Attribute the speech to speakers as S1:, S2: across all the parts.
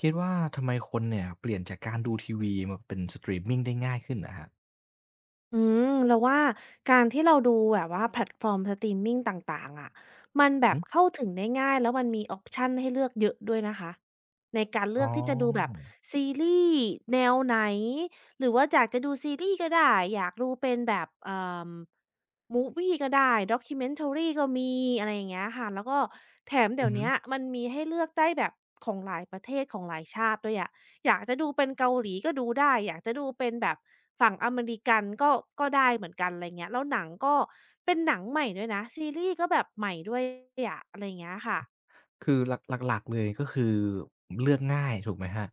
S1: คิดว่าทำไมคนเนี่ยเปลี่ยนจากการดูทีวีมาเป็นสตรีมมิงได้ง่ายขึ้นนะฮะ
S2: อืเราว่าการที่เราดูแบบว่าแพลตฟอร์มสตรีมมิงต่างๆอะมันแบบ
S1: อือ
S2: เข้าถึงได้ง่ายแล้วมันมีออปชันให้เลือกเยอะด้วยนะคะในการ
S1: อ๋
S2: เลือ
S1: อ
S2: กที่จะดูแบบซีรีส์แนวไหนหรือว่าอยากจะดูซีรีส์ก็ได้อยากดูเป็นแบบอมูฟวีก็ได้ Documentary กเมนทรีก็มีอะไรอย่างเงี้ยค่ะแล้วก็แถม
S1: อื
S2: เดี๋ย
S1: อ
S2: ว
S1: ฮึ
S2: เนี้ยมันมีให้เลือกได้แบบของหลายประเทศของหลายชาติด้วยอะ อยากจะดูเป็นเกาหลีก็ดูได้ อยากจะดูเป็นแบบฝั่งอเมริกันก็ได้เหมือนกันอะไรเงี้ยแล้วหนังก็เป็นหนังใหม่ด้วยนะ ซีรีส์ก็แบบใหม่ด้วยอะอะไรเงี้ยค่ะ
S1: คือหลักหลักๆเลยก็คือเลือกง่ายถูกไหมครับ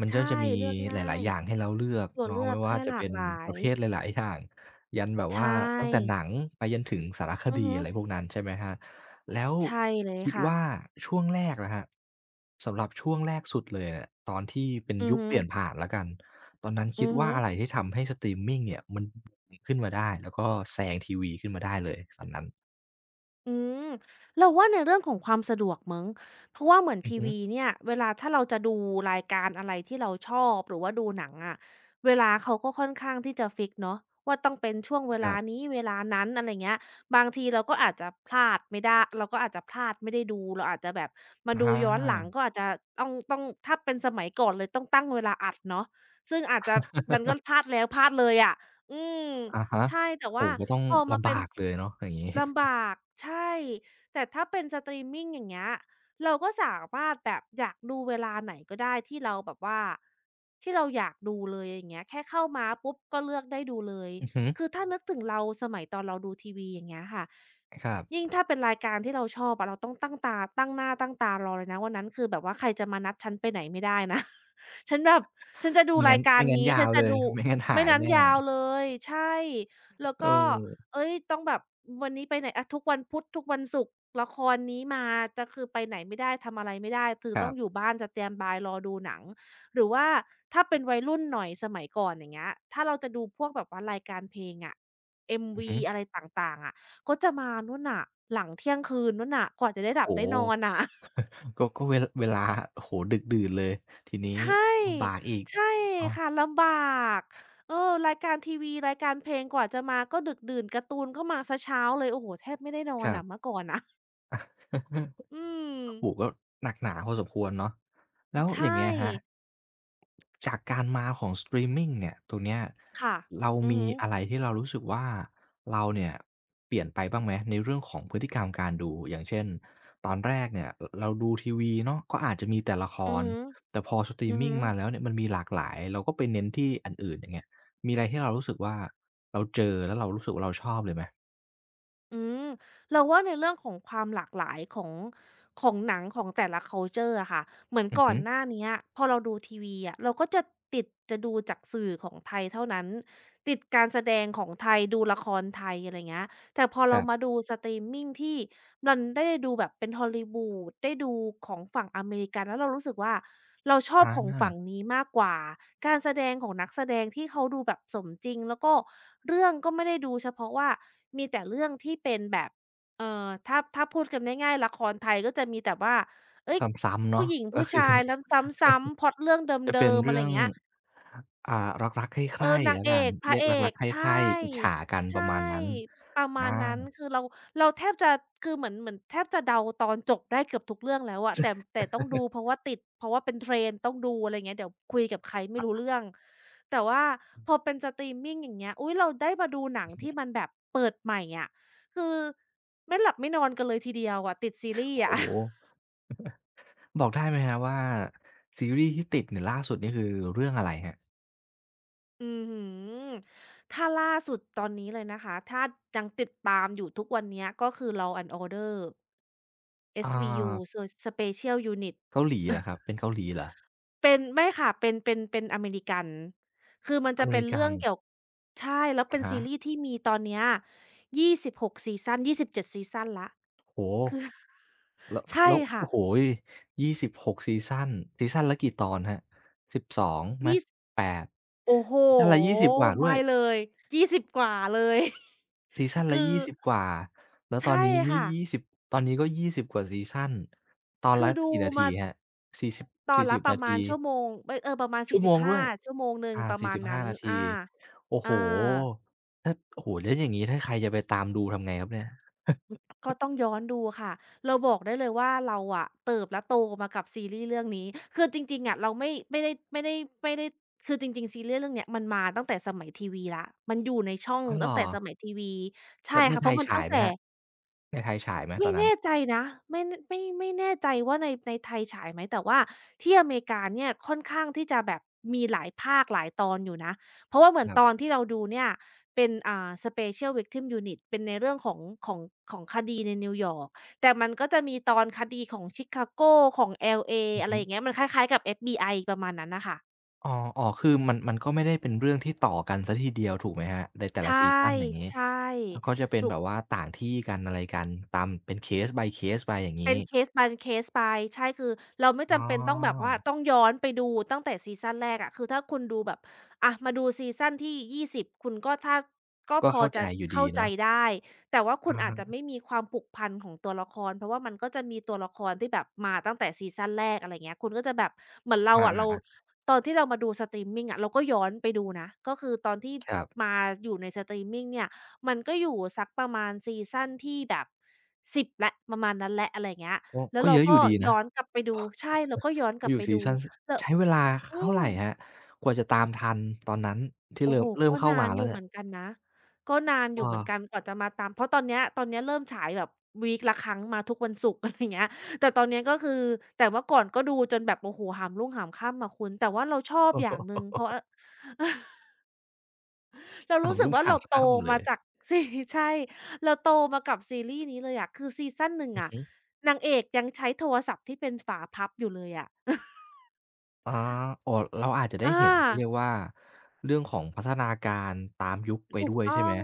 S1: มันก็
S2: ใช่
S1: จะมี
S2: เลือก
S1: ห
S2: ง่า
S1: ลาย
S2: ย
S1: ๆอย่างให้เราเลือก
S2: ตัว
S1: เนาะ
S2: เลือก
S1: ไม่ว่า
S2: ให้ห
S1: จะ
S2: ลา
S1: เป็
S2: ก
S1: น
S2: หลา
S1: ป
S2: ย
S1: ระเภทหลายๆอย่างยันแบบ
S2: ใช
S1: ว่าตั้งแต่
S2: ่
S1: หนังไปจนถึงสารค
S2: อือ
S1: ดี
S2: ฮึ
S1: อะไรพวกนั้นใช่ไหมครับแล้ว
S2: ใช่เลย
S1: คิด
S2: ค่ะ
S1: ว่าช่วงแรกล่ะครับสำหรับช่วงแรกสุดเลยเนี่ยตอนที่เป็น
S2: อือ
S1: ยุค
S2: ฮึ
S1: เปลี่ยนผ่านแล้วกันตอนนั้นคิด
S2: อือ
S1: ว่า
S2: ฮึ
S1: อะไรที่ทำให้สตรีมมิงเนี่ยมันบูมขึ้นมาได้แล้วก็แซงทีวีขึ้นมาได้เลยตอนนั้น
S2: อืมเราว่าในเรื่องของความสะดวกมั้งเพราะว่าเหมือน
S1: อือ
S2: ที
S1: ฮึ
S2: วีเนี่ยเวลาถ้าเราจะดูรายการอะไรที่เราชอบหรือว่าดูหนังอะเวลาเขาก็ค่อนข้างที่จะฟิกซ์เนาะว่าต้องเป็นช่วงเว
S1: ครั
S2: ลา
S1: บ
S2: นี้เวลานั้นอะไรเงี้ยบางทีเราก็อาจจะพลาดไม่ได้เราก็อาจจะพลาดไม่ได้ดูเราอาจจะแบบมา
S1: อ
S2: ดูย้อนหลัง
S1: า
S2: ก็อาจจะต้องถ้าเป็นสมัยก่อนเลยต้องตั้งเวลาอัดเนาะซึ่งอาจจะมันก็พลาดแล้วพลาดเลยอะอืม
S1: อะฮะ
S2: ใช่แต่
S1: โอ้
S2: ว่า
S1: โฮก็ต้อง
S2: พอมา
S1: ลำ
S2: เป็น
S1: บากเลยเนาะอย่างงี้
S2: สลำบากใช่แต่ถ้าเป็นสตรีมมิงอย่างเงี้ยเราก็สามารถแบบอยากดูเวลาไหนก็ได้ที่เราแบบว่าที่เราอยากดูเลยอย่างเงี้ยแค่เข้ามาปุ๊บก็เลือกได้ดูเลย
S1: อือฮึ
S2: คือถ้านึกถึงเราสมัยตอนเราดูทีวีอย่างเงี้ยค่ะ
S1: ครั
S2: ยิ่ง
S1: บ
S2: ถ้าเป็นรายการที่เราชอบอะเราต้องตั้งตาตั้งหน้าตั้งตารอเลยนะวันนั้นคือแบบว่าใครจะมานัดฉันไปไหนไม่ได้นะ ฉันแบบฉันจะดู
S1: ไม่งั้
S2: รา
S1: น
S2: ยการ
S1: ไม่งั้น
S2: นี้
S1: ยา
S2: ฉั
S1: ว
S2: น
S1: เล
S2: จะ
S1: ย
S2: ดู
S1: ไม่งั้นหา
S2: ไม่
S1: ย
S2: นั้น
S1: แน่
S2: ยาวเลยใช่ แล้ว
S1: เอ
S2: ก็
S1: อ
S2: เอ้ยต้องแบบวันนี้ไปไหนอะทุกวันพุธทุกวันศุกร์ละครนี้มาจะคือไปไหนไม่ได้ทำอะไรไม่ได้คือ
S1: ค
S2: ต้
S1: รั
S2: องอยู่
S1: บ
S2: บ้านสแตนด์บายรอดูหนัง หรือว่าถ้าเป็นวัยรุ่นหน่อยสมัยก่อนอย่างเงี้ยถ้าเราจะดูพวกแบบว่ารายการเพลงอะ
S1: อือ
S2: MV
S1: ฮึ
S2: อะไรต่างๆอะก็จะมานู่นน่ะหลังเที่ยงคืนนู่นน่ะกว่าจะได้หลับ
S1: โอ้
S2: ได้
S1: โฮ
S2: นอนน่ะ
S1: ก็ก็เวเวลาโอ้โฮดึกดื่นเลย ทีนี้
S2: ใช่
S1: ลำบากอีก
S2: ใช่ค่ะ
S1: อา
S2: ลำบากเออรายการทีวีรายการเพลงกว่าจะมาก็ดึกดื่นการ์ตูนก็มาเสียเช้าเลยโอ้โฮแทบไม่ได้นอ
S1: ค
S2: น
S1: รับ
S2: อะเมื่อก่อนนะอืม
S1: โอ้โฮก็หนักหนาพอสมควรเนาะแล้ว
S2: ใช่
S1: อย่างเงี้ยครับจากการมาของสตรีมมิงเนี่ยตรงเนี้ย
S2: ค่ะ
S1: เรา
S2: อือ
S1: มี
S2: ฮึ
S1: อะไรที่เรารู้สึกว่าเราเนี่ยเปลี่ยนไปบ้างไหมในเรื่องของพฤติกรรมการดูอย่างเช่นตอนแรกเนี่ยรเราดูทีวีเนาะก็อาจจะมีแต่ละค
S2: อือ
S1: ร
S2: ฮึ
S1: แต่พอสตรี
S2: อื
S1: ม
S2: อ
S1: มิง
S2: ฮึ
S1: มาแล้วเนี่ยมันมีหลากหลายเราก็ไปเน้นที่อันอื่นอย่างเงี้ยมีอะไรที่เรารู้สึกว่าเราเจอแล้วเรารู้สึกว่าเราชอบเลยไหม
S2: อืมเราว่าในเรื่องของความหลากหลายของของหนังของแต่ละคัลเชอร์อะค่ะเหมือน
S1: อือ
S2: ก่อ
S1: ฮึ
S2: นหน้าเนี้ยพอเราดูทีวีอะเราก็จะติดจะดูจากสื่อของไทยเท่านั้นติดการแสดงของไทยดูละครไทยอะไรเงี้ย แต่พอ
S1: ค
S2: เรา
S1: รั
S2: มา
S1: บ
S2: ดูสตรีมมิงที่มันได้ดูแบบเป็น Hollywood ได้ดูของฝั่งอเมริกันแล้วเรารู้สึกว่าเราชอบของ
S1: อา
S2: ฝั่งนี้มากกว่าการแสดงของนักแสดงที่เขาดูแบบสมจริงแล้วก็เรื่องก็ไม่ได้ดูเฉพาะว่ามีแต่เรื่องที่เป็นแบบถ้าพูดกันง่ายๆละครไทยก็จะมีแต่ว่าเฮ้ย
S1: ซ้ำๆ
S2: ผู้
S1: เนาะ
S2: หญิง
S1: ก็
S2: ผู้
S1: คือ
S2: ชายแล้วซ้ำๆพล็อตเรื่อง
S1: จะเป็
S2: เดิ
S1: น
S2: มๆอะไร
S1: เรื่อ
S2: อ
S1: ง
S2: ย่างเงี้ย
S1: อ่ารักๆใค
S2: เอ
S1: ร่
S2: อ
S1: ๆ
S2: นาง
S1: แล้ว
S2: เอ
S1: กัน
S2: กพระ
S1: เรียก
S2: เอ
S1: รั
S2: ก
S1: กๆใค
S2: ใช่
S1: ร่ๆอิจฉากันป
S2: ใช่
S1: ระมาณนั้น
S2: ประมาณนั้น
S1: อา
S2: คือเราเราแทบจะคือเหมือนแทบจะเดาตอนจบได้เกือบทุกเรื่องแล้วอะแต่ต้องดูเพราะว่าติดเพราะว่าเป็น trend ต้องดูอะไรอย่างเงี้ยเดี๋ยวคุยกับใคร
S1: ค
S2: ไม่
S1: รั
S2: รู้
S1: บ
S2: เรื่องแต่ว่าพอเป็นสตรีมมิงอย่างเงี้ยอุ๊ยเราได้มาดูหนังที่มันแบบเปิดใหม่อะคือไม่หลับไม่นอนกันเลยทีเดียวอะติดซีรีส์
S1: โอ้
S2: อะ
S1: โฮ บอกได้ไหมครับว่าซีรีส์ที่ติดเนี่ยล่าสุดนี่คือเรื่องอะไรครับ
S2: อือหือถ้าล่าสุดตอนนี้เลยนะคะ ถ้ายังติดตามอยู่ทุกวันเนี้ยก็คือ Law and Order
S1: อ
S2: SVU
S1: า
S2: So Special Unit
S1: เกาหลีเหรอครับเป็น เกาหลีเหรอ
S2: เป็นไม่ค่ะ เป็น เป็นอเมริกัน คือมัน
S1: อ
S2: จะ
S1: เม
S2: เป็
S1: ริ
S2: น
S1: กั
S2: เรื่อ
S1: น
S2: งเกี่ยวใช่ แล้ว
S1: อะ
S2: เป็น
S1: ฮะ
S2: ซีรีส์ที่มีตอนเนี้ย26ซีซัน27ซีซันแล้ว
S1: โอ้โฮ
S2: คือ
S1: แล้ว
S2: ใช่
S1: แล้ว
S2: ค่ะ
S1: โอ้โฮ26ซีซันซีซันละกี่ตอนครับสิบสองไหม
S2: ยี่ส
S1: 8
S2: โอ้โฮ
S1: ซีซันละ20กว่าด้ว
S2: ไม่
S1: ย
S2: เลย20กว่าเลย
S1: ซีซัน ละ
S2: คือ
S1: 20กว่า แล้วตอน
S2: ใช่
S1: นี้นี่
S2: ค่ะ
S1: 20ตอนนี้ก็20กว่าซีซันตอน
S2: คื
S1: ละ
S2: อดู
S1: กี่นาที
S2: มา
S1: ครับ 40- ิ
S2: ต
S1: บ
S2: อน
S1: สี่สิ
S2: ละ
S1: บ
S2: ประ
S1: นา
S2: มาณ
S1: ที
S2: ชั่วโมงเอ๊ยประมาณ
S1: ชั่วโมง
S2: 45
S1: ด้วย
S2: ชั่วโมงหนึ่ง
S1: อา
S2: ประมาณนั้
S1: 45
S2: น
S1: นา
S2: อา
S1: ที โอ้โฮ
S2: อา
S1: ถ้าโอ้โฮแล้วอย่างงี้ถ้าใครจะไปตามดูทำไงครับเนี่ย
S2: ก็ต้องย้อนดูค่ะเราบอกได้เลยว่าเราอะเติบและโตมากับซีรีส์เรื่องนี้คือจริงๆอะเราไม่ได้คือจริงๆซีรีส์เรื่องเนี้ยมันมาตั้งแต่สมัยทีวีแล้วมันอยู่ในช่อง
S1: อ้า วเหร
S2: ตั้ง
S1: อ
S2: แต่สมัยทีวีใช่
S1: แล้วใน
S2: ค่ะ
S1: ไท
S2: เพ
S1: ย
S2: ราะมัน
S1: ฉา
S2: ตั้
S1: ย
S2: ง
S1: ไหม
S2: แต่
S1: ครับในไทยฉายไหมต
S2: ไม่
S1: อนนั้น
S2: แน่ใจนะไม่นไม่ไม่แน่ใจว่าในไทยฉายไหมแต่ว่าที่อเมริกาเนี่ยค่อนข้างที่จะแบบมีหลายภาคหลายตอนอยู่นะเพราะว่าเหมือ
S1: ค
S2: น
S1: รั
S2: ตอน
S1: บ
S2: ที่เราดูเนี่ยเป็นSpecial Victim Unit เป็นในเรื่องของของของคดีในนิวยอร์กแต่มันก็จะมีตอนคดีของชิคาโกของ LA
S1: อือ
S2: อะไร
S1: ฮึ
S2: อย่างเงี้ยมันคล้ายๆกับ FBI ประมาณนั้นน่ะค่ะ
S1: อ๋ออ๋อคือมันมันก็ไม่ได้เป็นเรื่องที่ต่อกันเสียทีเดียวถูกไหมครับในแต่ละ
S2: ใช่
S1: ซีซันอย่างงี้
S2: ใช่
S1: อาก็จะเป็น
S2: ถู
S1: แบ
S2: ก
S1: บว่าต่างที่กันอะไรกันตามเป็น case by case ไปอย่าง
S2: เป็
S1: งี้
S2: นเค s e by case ไปใช่คือเราไม่
S1: อ๋อ
S2: จำเป็นต้องแบบว่าต้องย้อนไปดูตั้งแต่ซีซันแรกอะคือถ้าคุณดูแบบอะมาดูซีซันที่ยี่สิ0คุณก็ถ้าก็
S1: ก็
S2: พอ
S1: เข้าใจ
S2: จะ
S1: อยู่ดี
S2: เข้าใจ
S1: เนาะ
S2: ได้แต่ว่าคุ
S1: อะ
S2: ณ
S1: ฮ
S2: อาจจะ
S1: ะ
S2: ไม่มีความผูกพันของตัวละครเพราะว่ามันก็จะมีตัวละครที่แบบมาตั้งแต่ซีซันแรกอะไรเงี้ยคุณก็จะแบบเหมือนเรา
S1: อา
S2: ตอนที่เรามาดูสตรีมมิงอะเราก็ย้อนไปดูนะก็คือตอนที่
S1: ๆครับ
S2: มาอยู่ในสตรีมมิงเนี่ยมันก็อยู่สักประมาณซีซันที่แบบ 10แล้วประมาณนั้นแล้วอะไรอย่างเงี้ย
S1: ก็
S2: แล้ว
S1: ก็
S2: เรา
S1: เยอะอ
S2: ก็
S1: ยู่ดี
S2: ย้
S1: นะ
S2: อนกลับไปดูใช่เราก็ย้อนกลั
S1: อ
S2: บ
S1: ยู่
S2: ไป
S1: ซี
S2: ดู
S1: ซันส
S2: แล้ว
S1: ใช้เวลา
S2: อื
S1: เท่า
S2: ม
S1: ไรครับกว่าจะตามทันตอนนั้นที่
S2: โอ้
S1: เริ่
S2: โฮ
S1: มเริ่ม
S2: ก็
S1: เข้า
S2: นา
S1: มา
S2: นอ
S1: แล้ว
S2: ยู่
S1: เนี่
S2: เห
S1: ย
S2: มือนกันนะก็นานอ
S1: เอ
S2: ยู่เหมื
S1: อ
S2: อน กันกว่าจะมาตามเพราะตอนเนี้ยเริ่มฉายแบบวีกละครั้งมาทุกวันศุกร์ อะไรอย่างเงี้ยแต่ตอนเนี้ยก็คือแต่เมื่อก่อนก็ดูจนแบบโอ้โฮหามรุ่งหามค่ำอะคุณแต่ว่าเราชอบ
S1: โอ้
S2: อย่างห
S1: โฮ
S2: นึ่งเพราะอเออ เรา
S1: หา
S2: รู้
S1: ม
S2: สึก
S1: รุ่ง
S2: ว่า
S1: หา
S2: เรา
S1: ม
S2: โต
S1: ค่ำเล
S2: มา
S1: ย
S2: จาก ซีรีส์ใช่เราโตมากับซีรีส์นี้เลยอะคือซีซั่น1
S1: อือ
S2: อะ
S1: ฮึ
S2: นางเอกยังใช้โทรศัพท์ที่เป็นฝาพับอยู่เลยอะ
S1: อาอ๋อเราอาจจะได้
S2: อ
S1: เห็นเขาเรี
S2: า
S1: ยกว่าเรื่องของพัฒนาการตามยุคไป
S2: ถู
S1: ด้
S2: ก
S1: วยใช่
S2: ต้
S1: ไห
S2: อ
S1: ม
S2: ง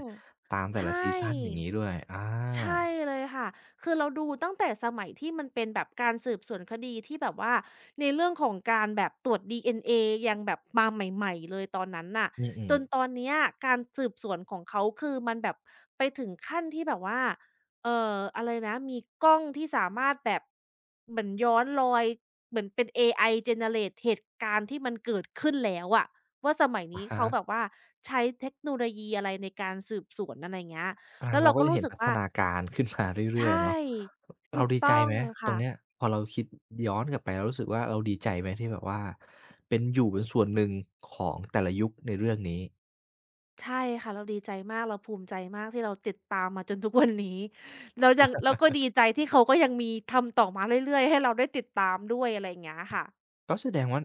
S1: ตามแต่
S2: ใช่
S1: ละซีซันอย่างงี้ด้วยอ
S2: ใช่
S1: า
S2: เลยค่ะคือเราดูตั้งแต่สมัยที่มันเป็นแบบการสืบสวนคดีที่แบบว่าในเรื่องของการแบบตรวจดีเอ็นเอยังแบบมาใหม่ๆเลยตอนนั้นน่ะ
S1: อื
S2: จ
S1: ม
S2: นตอนเนี้ยการสืบสวนของเขาคือมันแบบไปถึงขั้นที่แบบว่าอะไรนะมีกล้องที่สามารถแบบเหมือนย้อนรอยเหมือนเป็นเอไอ generate เหตุการณ์ที่มันเกิดขึ้นแล้วอะว่าสมัย
S1: ๆอะ
S2: นี้
S1: ฮะ
S2: เขาแบบว่าใช้เทคโนโลยีอะไรในการสืบสวนอะไรเงี้ย
S1: อา
S2: แล้ว
S1: เรา
S2: เรา
S1: ก็
S2: ก็
S1: จะ
S2: รู้
S1: เห็น
S2: สึก
S1: พัฒ
S2: ว่า
S1: นาการ ขึ้นมา
S2: ใช
S1: เรื่อยๆเนาะ
S2: ่
S1: เรา
S2: ถูก
S1: ดีใจ
S2: ต้อง
S1: ไหมตรง
S2: ค่ะ
S1: เนี้ยพอเราคิดย้อนกลับไปเรารู้สึกว่าเราดีใจไหมที่แบบว่าเป็นอยู่เป็นส่วนหนึ่งของแต่ละยุคในเรื่องนี้
S2: ใช่ค่ะเราดีใจมากเราภูมิใจมากที่เราติดตามมาจนทุกวันนี้ แล้วยังแล้วก็ดีใจที่เขาก็ยังมีทำต่อมาเรื่อยๆให้เราได้ติดตามด้วยอะไรอย่างเงี้ยค่ะ
S1: ก็แสดงว่า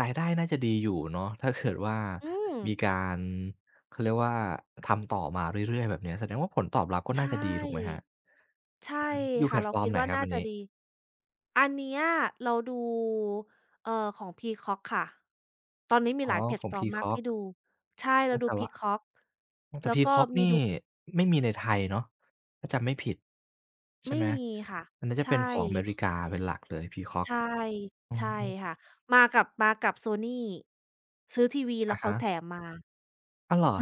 S1: รายได้น่าจะดีอยู่เนาะถ้าเกิดว่า
S2: อืม
S1: มีการเขาเรียกว่าทำต่อมาเรื่อยๆแบบเนี้ยแสดงว่าผลตอบรับก็น่า
S2: ใช่
S1: จะดีถูกไหมครับ
S2: ใช่
S1: อะฮะอยู่แพล
S2: ค่ะ
S1: ต
S2: เรา
S1: ฟอร์ม
S2: คิด
S1: ไหน
S2: ว่า
S1: ครับ
S2: น่า
S1: อัน
S2: จะ
S1: นี้
S2: ดี อันเนี้ยเราดูเอ่อของ Peacock ค่ะตอนนี้มีห
S1: อ๋อ
S2: ลายแพล
S1: ข
S2: ต
S1: อง
S2: ฟอร์มมาก
S1: Peacock
S2: ที่ดู ใช่
S1: อ้
S2: เรา
S1: อ
S2: ดู
S1: แต่ว่า
S2: Peacock
S1: อ้อแต่ Peacock นี่ไม่มีในไทยเนาะถ้าจำไม่ผิดใช่
S2: ไม่
S1: ไหม
S2: มีค่ะ
S1: อันนั้นจะเป็น
S2: ใช่
S1: ของอเมริกาเป็นหลักเลย Peacock
S2: ใช่
S1: อื
S2: ใช่
S1: ม
S2: ค่ะมากับ Sony ซื้อทีวีแล้
S1: อะ
S2: วเขา
S1: ฮะ
S2: แถมมา
S1: อ้าวเหรอ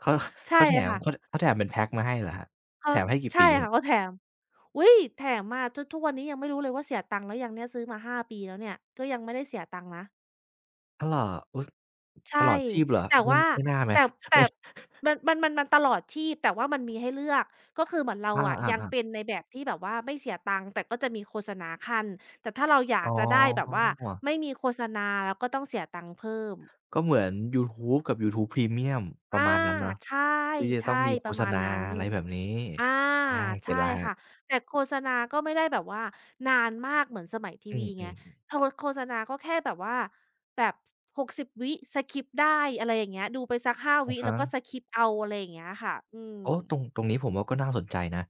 S1: เขา
S2: ใช่
S1: เขาแถมเขา
S2: ค่ะ
S1: เขาแถมเป็นแพ็กมาให้เหรอครับ
S2: เขา
S1: แถมให้กี่ปี
S2: ใช่ค่ะ
S1: ครับ
S2: เขาแถมอุ๊ยแถมมาจนทุกวันนี้ยังไม่รู้เลยว่าเสียตังค์แล้วยังเนี่ยซื้อมา5 ปีแล้วเนี่ยก็ยังไม่ได้เสียตังค์นะ
S1: อ้าวเหรออุ๊ย
S2: ใช่
S1: ชีพเหรอ
S2: แต่
S1: ไม่
S2: ว่า
S1: ไม่น่าไหม
S2: แต่
S1: ไม่
S2: แต่มันตลอดชีพแต่ว่ามันมีให้เลือกก็คือเหมือนเรา
S1: อ
S2: อะยัง
S1: า
S2: เป็น
S1: ๆ
S2: ในแบบที่แบบว่าไม่เสียตังค์แต่ก็จะมีโฆษณาคั่นแต่ถ้าเราอ
S1: ๆ
S2: ยา
S1: อ๋
S2: ก
S1: อ
S2: จะได้แบบว่าไม่มีโฆษณาเราก็ต้องเสียตังค์เพิ่ม
S1: ก็เหมือนยูทูบกับยูทูบ Premium ป
S2: อา
S1: ระมาณนั้นเนาะ
S2: ใช่
S1: ที่จะต้อ
S2: ใช่
S1: งมีโฆ
S2: ประ
S1: ษ
S2: มาณ
S1: ณา
S2: นั้น
S1: อะไรแบบนี้
S2: อา
S1: อาเก็
S2: ใช่
S1: ตแล้วครั
S2: ค่ะ
S1: บ
S2: แต่โฆษณาก็ไม่ได้แบบว่านานมากเหมือนสมัยที
S1: อื
S2: วีไง
S1: ม
S2: โทโฆษณาก็แค่แบบว่าแบบ60วิสกิปได้อะไรอย่างเงี้ยดูไปสัก5
S1: ๆอะ
S2: วิแล้
S1: ฮะ
S2: วก็สกิปเอาอะไรอย่างเงี้ยค่ะอืม
S1: โอ้ตรงตรงนี้ผมว่าก็น่าสนใจนะ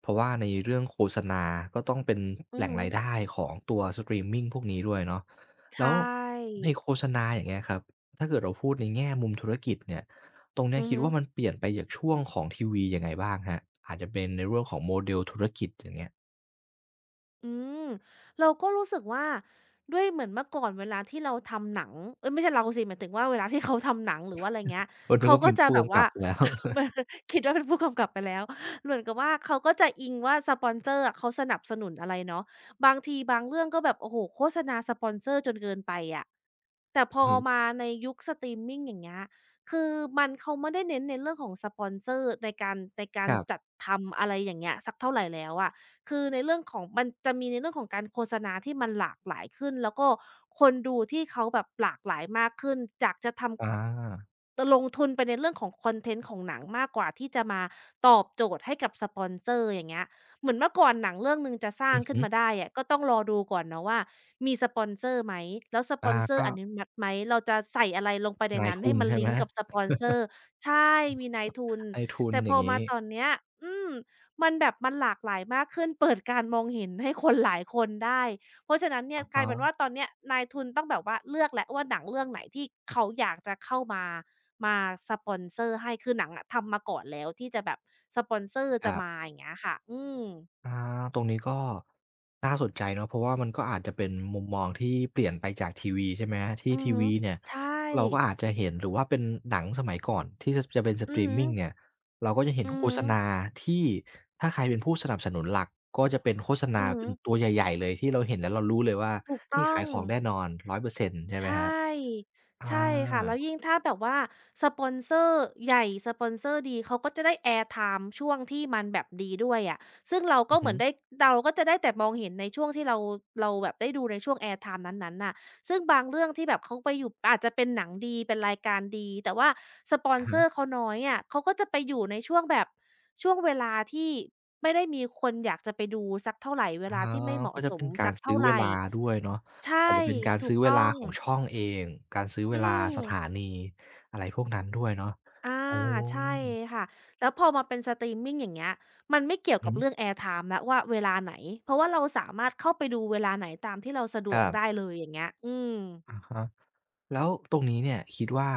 S1: เพราะว่าในเรื่องโฆษณาก็ต้องเป็น
S2: อื
S1: แห
S2: อ
S1: ล่ง
S2: ฮึ
S1: รายได้ของตัวสตรีมมิงพวกนี้ด้วยเนาะ
S2: ใช
S1: แล้ว
S2: ่
S1: ในโฆษณาอย่างเงี้ยครับถ้าเกิดเราพูดในแง่มุมธุรกิจเนี่ยตรงเนี้ย
S2: อือ
S1: คิด
S2: ฮึ
S1: ว่ามันเปลี่ยนไปจากช่วงของทีวียังไงบ้างครับอาจจะเป็นในเรื่องของโมเดลธุรกิจอย่างเงี้ย
S2: อืมเราก็รู้สึกว่าด้วยเหมือนเมื่อก่อนเวลาที่เราทำหนังเอ้ยไม่ใช่เราสิหมายถึงว่าเวลาที่เขาทำหนังหรือว่าอะไรเงี้ย
S1: เออนึก
S2: เขา
S1: ว่า
S2: ก็
S1: เป็น
S2: จะ
S1: ผู้
S2: แบบ
S1: กำกั
S2: ว่า
S1: บแล้ว
S2: เหมือนคิดว่าเป็นผู้กำกับไปแล้วเหมือนกับว่าเขาก็จะอิงว่าสปอนเซอร์อะเขาสนับสนุนอะไรเนาะบางทีบางเรื่องก็แบบโอ้โหโฆษณาสปอนเซอร์จนเกินไปอะแต่พ อ
S1: อือฮึ
S2: มาในยุคสตรีมมิงอย่างเงี้ยคือมันเขาไม่ได้เน้นในเรื่องของสปอนเซอร์ในการในกา
S1: ค
S2: ร
S1: รับ
S2: จัดทำอะไรอย่างเงี้ยสักเท่าไหร่แล้วอะ คือในเรื่องของมันจะมีในเรื่องของการโฆษณาที่มันหลากหลายขึ้นแล้วก็คนดูที่เขาแบบหลากหลายมากขึ้นจากจะทำ
S1: อา
S2: จะลงทุนไปในเรื่องของคอนเทนต์ของหนังมากกว่าที่จะมาตอบโจทย์ให้กับสปอนเซอร์อย่างเงี้ยเหมือนเมื่อก่อนหนังเรื่องหนึ่งจะสร้า
S1: อื
S2: ง
S1: อ
S2: ขึ้น
S1: ฮึ
S2: มาได้อะก็ต้องรอดูก่อนเนาะว่ามีสปอนเซอร์ไหมแล้วสปอ
S1: อา
S2: นเซอร์
S1: ก็
S2: อนุมัติไหมเราจะใส่อะไรลงไปใน
S1: นาย
S2: นั้น
S1: ทุ
S2: ให้
S1: น
S2: มัน
S1: ใช่
S2: ลิ
S1: ไหม
S2: งก์กับสปอนเซอร์ใช่มีนายทุน
S1: นายทุน
S2: แต่
S1: อ
S2: พ
S1: ย่า
S2: อ
S1: ง
S2: มา
S1: งี้
S2: ตอนเนี้ยอืมมันแบบมันหลากหลายมากขึ้นเปิดการมองเห็นให้คนหลายคนได้เพราะฉะนั้นเนี่ย
S1: อะ
S2: กลายเป็นว่า
S1: ฮะ
S2: ตอนเนี้ยนายทุนต้องแบบว่าเลือกแล้วว่าหนังเรื่องไหนที่เขาอยากจะเข้ามาสปอนเซอร์ให้คือหนังอะทำมาก่อนแล้วที่จะแบบสปอนเซอร์
S1: ค
S2: จะ
S1: รับ
S2: มาอย่างเงี้ยค่ะ อืม
S1: อาตรงนี้ก็น่าสนใจเนาะเพราะว่ามันก็อาจจะเป็นมุมมองที่เปลี่ยนไปจากทีวีใช่ไหมที่
S2: อือ
S1: ที
S2: ฮึ
S1: วีเนี่ย
S2: ใช่
S1: เราก็อาจจะเห็นหรือว่าเป็นหนังสมัยก่อนที่จะเป็นส
S2: อื
S1: ต
S2: อ
S1: รีม
S2: ฮึ
S1: มิงเนี่ยเราก็จะเห็น
S2: อือ
S1: โฆ
S2: ฮึ
S1: ษณาที่ถ้าใครเป็นผู้สนับสนุนหลักก็จะเป็นโฆษ
S2: อื
S1: ณา
S2: อฮึ
S1: เป็นตัวใหญ่ๆเลยที่เราเห็นแล้วเรารู้เลยว่า
S2: ถูก
S1: นี่
S2: ต้อ
S1: ขา
S2: ง
S1: ยของแน่นอนร้อยเปอร์เซ็นต์ใช่
S2: ใช
S1: ไหมครับ
S2: ่
S1: อ
S2: ใช่ค่ะแล้
S1: า
S2: วยิ่งถ้าแบบว่าสปอนเซอร์ใหญ่สปอนเซอร์ดีเขาก็จะได้แอร์ไทม์ช่วงที่มันแบบดีด้วยอะซึ่งเรา
S1: อื
S2: ก็
S1: อ
S2: เห
S1: ฮึ
S2: มือนได้เราก็จะได้แต่มองเห็นในช่วงที่เราเราแบบได้ดูในช่วงแอร์ไทม์นั้นๆน่ะซึ่งบางเรื่องที่แบบเขาไปอยู่อาจจะเป็นหนังดีเป็นรายการดีแต่ว่าสปอน
S1: อะ
S2: เซ
S1: ฮะ
S2: อร์เขาน้อยอะเขาก็จะไปอยู่ในช่วงแบบช่วงเวลาที่ไม่ได้มีคนอยากจะไปดูสักเท่าไรเว
S1: อ๋อ
S2: ลาที่ไม่เหมาะ
S1: ก็จะ
S2: ส
S1: เป็
S2: ม
S1: นกา
S2: สั
S1: ร
S2: ก
S1: ซื้
S2: เท่า
S1: อเว
S2: ไร
S1: ลาด้วยเนาะ
S2: ใช่
S1: อาจจะเป็นการ
S2: ถู
S1: ซื้
S2: ก
S1: อเว
S2: ต้
S1: ลา
S2: อง
S1: ของช่องเอง การซื้อเว
S2: อื
S1: ลา
S2: ม
S1: สถานีอะไรพวกนั้นด้วยเนาะ
S2: อา
S1: อ๋อ
S2: ใช่ค่ะแล้วพอมาเป็นสตรีมมิงอย่างเงี้ยมันไม่เกี่ยว
S1: อื
S2: กั
S1: อ
S2: บ
S1: ฮึ
S2: เรื่อง Air time แล้วว่าเวลาไหน เพราะว่าเราสามารถเข้าไปดูเวลาไหนตามที่เราสะด
S1: ค
S2: วก
S1: รับ
S2: ได้เลยอย่างเงี้ยอืม
S1: อะฮะแล้วตรงนี้เนี่ยคิดว่า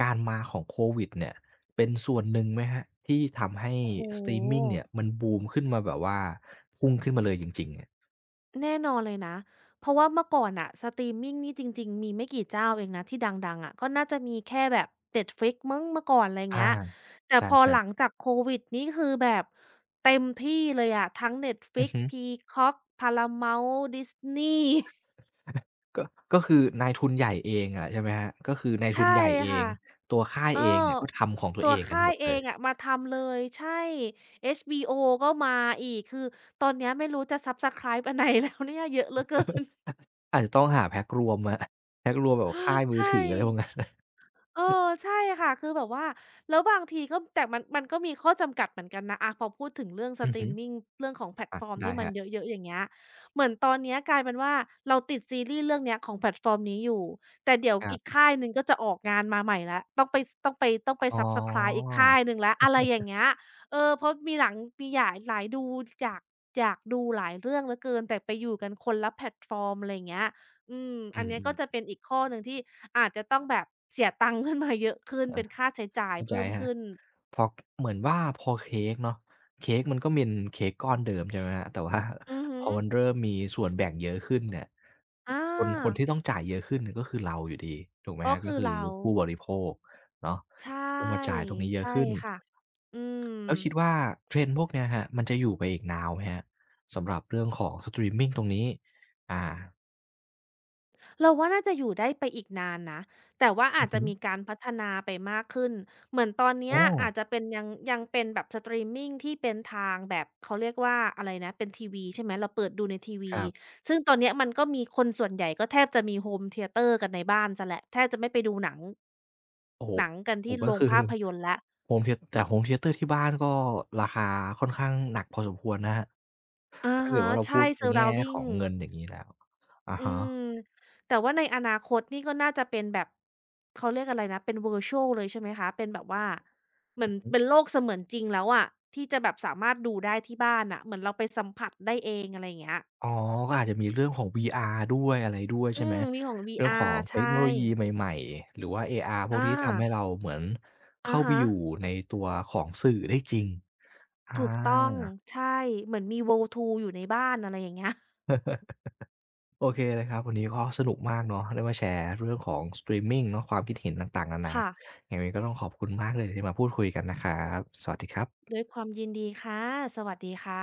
S1: การมาของโควิดเนี่ยเป็นส่วนหนึ่งไหมครับที่ทำให้
S2: โอ้โฮ
S1: สตรีมมิงเนี่ยมันบูมขึ้นมาแบบว่าพุ่งขึ้นมาเลยจริงๆอะ
S2: แน่นอนเลยนะ เพราะว่าเมื่อก่อนน่ะสตรีมมิงนี่จริงๆ มีไม่กี่เจ้าเองนะที่ดังๆอะก็น่าจะมีแค่แบบ Netflix มั้งเมื่อก่อนอะไร
S1: อา
S2: เงี้ยแต่พอ
S1: ใช่
S2: หลังจากโควิดนี่คือแบบเต็มที่เลยอะทั้ง
S1: ๆอือ
S2: Netflix,
S1: ฮึ
S2: Peacock, Paramount, Disney
S1: ก็ก็คือนายทุนใหญ่เองอะใช่ไหมครับก็คือนายทุ
S2: ใช่
S1: นใหญ่เอ
S2: ค่ะ
S1: ง ตัวค่าย
S2: เออ
S1: เองเนี่ยก็ทำของตัว
S2: ตั
S1: เอ
S2: ว
S1: งกัน
S2: ค่า
S1: หม
S2: ย
S1: ด
S2: เอ
S1: เลย
S2: งอะมาทำเลยใช่ HBO ก็มาอีกคือตอนเนี้ยไม่รู้จะซับสไกรา์อันไหน แล้วเนี่ยเยอะเหลือเกิน
S1: อาจจะต้องหาแพ็กรวมมา แพ็กรวมแบบค่าย มือ
S2: ใช่
S1: ถืออะไรพวกนั้น
S2: เออใช่ค่ะคือแบบว่าแล้วบางทีก็แต่มันก็มีข้อจำกัดเหมือนกันนะอะพอพูดถึงเรื่องส
S1: อือ
S2: ตรี
S1: ฮึ
S2: มมิงเรื่องของแพลต
S1: อา
S2: ฟอร์ม
S1: ได้
S2: ที่
S1: ค
S2: มัน
S1: รับ
S2: เยอะๆอย่างเงี้ยเหมือนตอนเนี้ยกลายเป็นว่าเราติดซีรีส์เรื่องเนี้ยของแพลตฟอร์มนี้อยู่แต่เดี๋ยว
S1: ครั
S2: อีก
S1: บ
S2: ค่ายหนึ่งก็จะออกงานมาใหม่แล้วต้องไปสต้องไปต้องไป
S1: อ๋อ
S2: Subscribe อีกค่ายหนึ่งแล้วอะไรอย่างเงี้ยเออเพราะมีหลายดูอยากอยากดูหลายเรื่องเหลือเกินแต่ไปอยู่กันคนละแพลตฟอร์มอะไรอย่างเงี้ย อืม
S1: อื
S2: อันเนี้ยก็จะ
S1: ม
S2: เป็นอีกข้อหนึ่งที่อาจจะต้องแบบเสียตังค์ขึ้นมาเยอะขึ้น
S1: ๆอา
S2: เป็นค่าใช้จ่าย
S1: เข้าใจ
S2: เพิ่ม
S1: ครับ
S2: ขึ้น
S1: พอเหมือนว่าพอเค้กเนาะเค้กมันก็เป็นเค้กก้อนเดิมใช่ไหมครับแต่ว่า
S2: อือฮึ
S1: พอมันเริ่มมีส่วนแบ่งเยอะขึ้นเนี่ย
S2: อ
S1: คน
S2: า
S1: ที่ต้องจ่ายเยอะขึ้นเนี่ยก็คือเราอยู่ดีถูกไหมค
S2: ก็
S1: รับก็
S2: คือ
S1: คือ
S2: เรา
S1: ผู้บริโภคเนาะ
S2: ใช
S1: ต้องมา
S2: ่
S1: จ่ายตรงนี้เยอะ
S2: ใช่
S1: ขึ้น
S2: ค่ะ อืม
S1: แล้วคิดว่า trend พวกเนี้ยครับมันจะอยู่ไปอีกนานไหมครับสำหรับเรื่องของสตรีมมิงตรงนี้อ่า
S2: เราว่าน่าจะอยู่ได้ไปอีกนานนะ แต่ว่า
S1: อื
S2: อา
S1: อ
S2: จจะ
S1: ฮึ
S2: มีการพัฒนาไปมากขึ้น เหมือนตอนเนี้
S1: โอ้
S2: ยอาจจะเป็นยังเป็นแบบสตรีมมิงที่เป็นทางแบบเขาเรียกว่าอะไรนะ เป็นทีวีใช่ไหม เราเปิดดูในที
S1: ค
S2: วี
S1: รับ
S2: ซึ่งตอนเนี้ยมันก็มีคนส่วนใหญ่ก็แทบจะมีโฮมเธียเตอร์กันในบ้านเสียแล้วแทบจะไม่ไปดูหนัง
S1: โอ้โฮ
S2: หนังกัน
S1: โอ้
S2: ที่
S1: โฮก็
S2: โรง
S1: คือ
S2: ภาพยนตร์แล้ว
S1: โฮมเธียเตอร์ที่บ้านก็ราคาค่อนข้างหนักพอสมควรนะครับ
S2: อะ
S1: ถ้าเกิด
S2: ฮะ
S1: ว่าเราพู
S2: ใช่
S1: ดในแง่ขอ
S2: surrounding
S1: งเงินอย่างงี้แล้วอะ
S2: อื
S1: ฮะ
S2: มแต่ว่าในอนาคตนี่ก็น่าจะเป็นแบบเขาเรียกอะไรนะเป็น virtual เลยใช่ไหมคะเป็นแบบว่าเหมื
S1: อื
S2: อน
S1: อฮึ
S2: เป็นโลกเสมือนจริงแล้วอะที่จะแบบสามารถดูได้ที่บ้านน่ะเหมือนเราไปสัมผัสได้เองอะไรอย่างเงี้ย
S1: อ๋อก็อาจจะมีเรื่องของ VR ด้วยอะไรด้วย
S2: อื
S1: ใช่ไหม
S2: มมีของ
S1: เรื่องของ
S2: VR
S1: เทค
S2: ใช่
S1: โนโลยีใหม่ๆหรือว่า AR พวก
S2: อา
S1: นี้ททำให้เราเหมือน
S2: อะ
S1: เข้าไป
S2: ฮะ
S1: อยู่ในตัวของสื่อได้จริงอา
S2: ถูกต้องใช่เหมือนมี World Tour อยู่ในบ้านอะไรอย่างเงี้ย
S1: โอเคเลยครับวันนี้ก็สนุกมากเนาะได้มาแชร์เรื่องของสตรีมมิงเนาะความคิดเห็นต่างๆนานา
S2: ค่ะ
S1: ยังไงก็ต้องขอบคุณมากเลยที่มาพูดคุยกันนะครับสวัสดีครับ
S2: ด้วยความยินดีค่ะสวัสดีค่ะ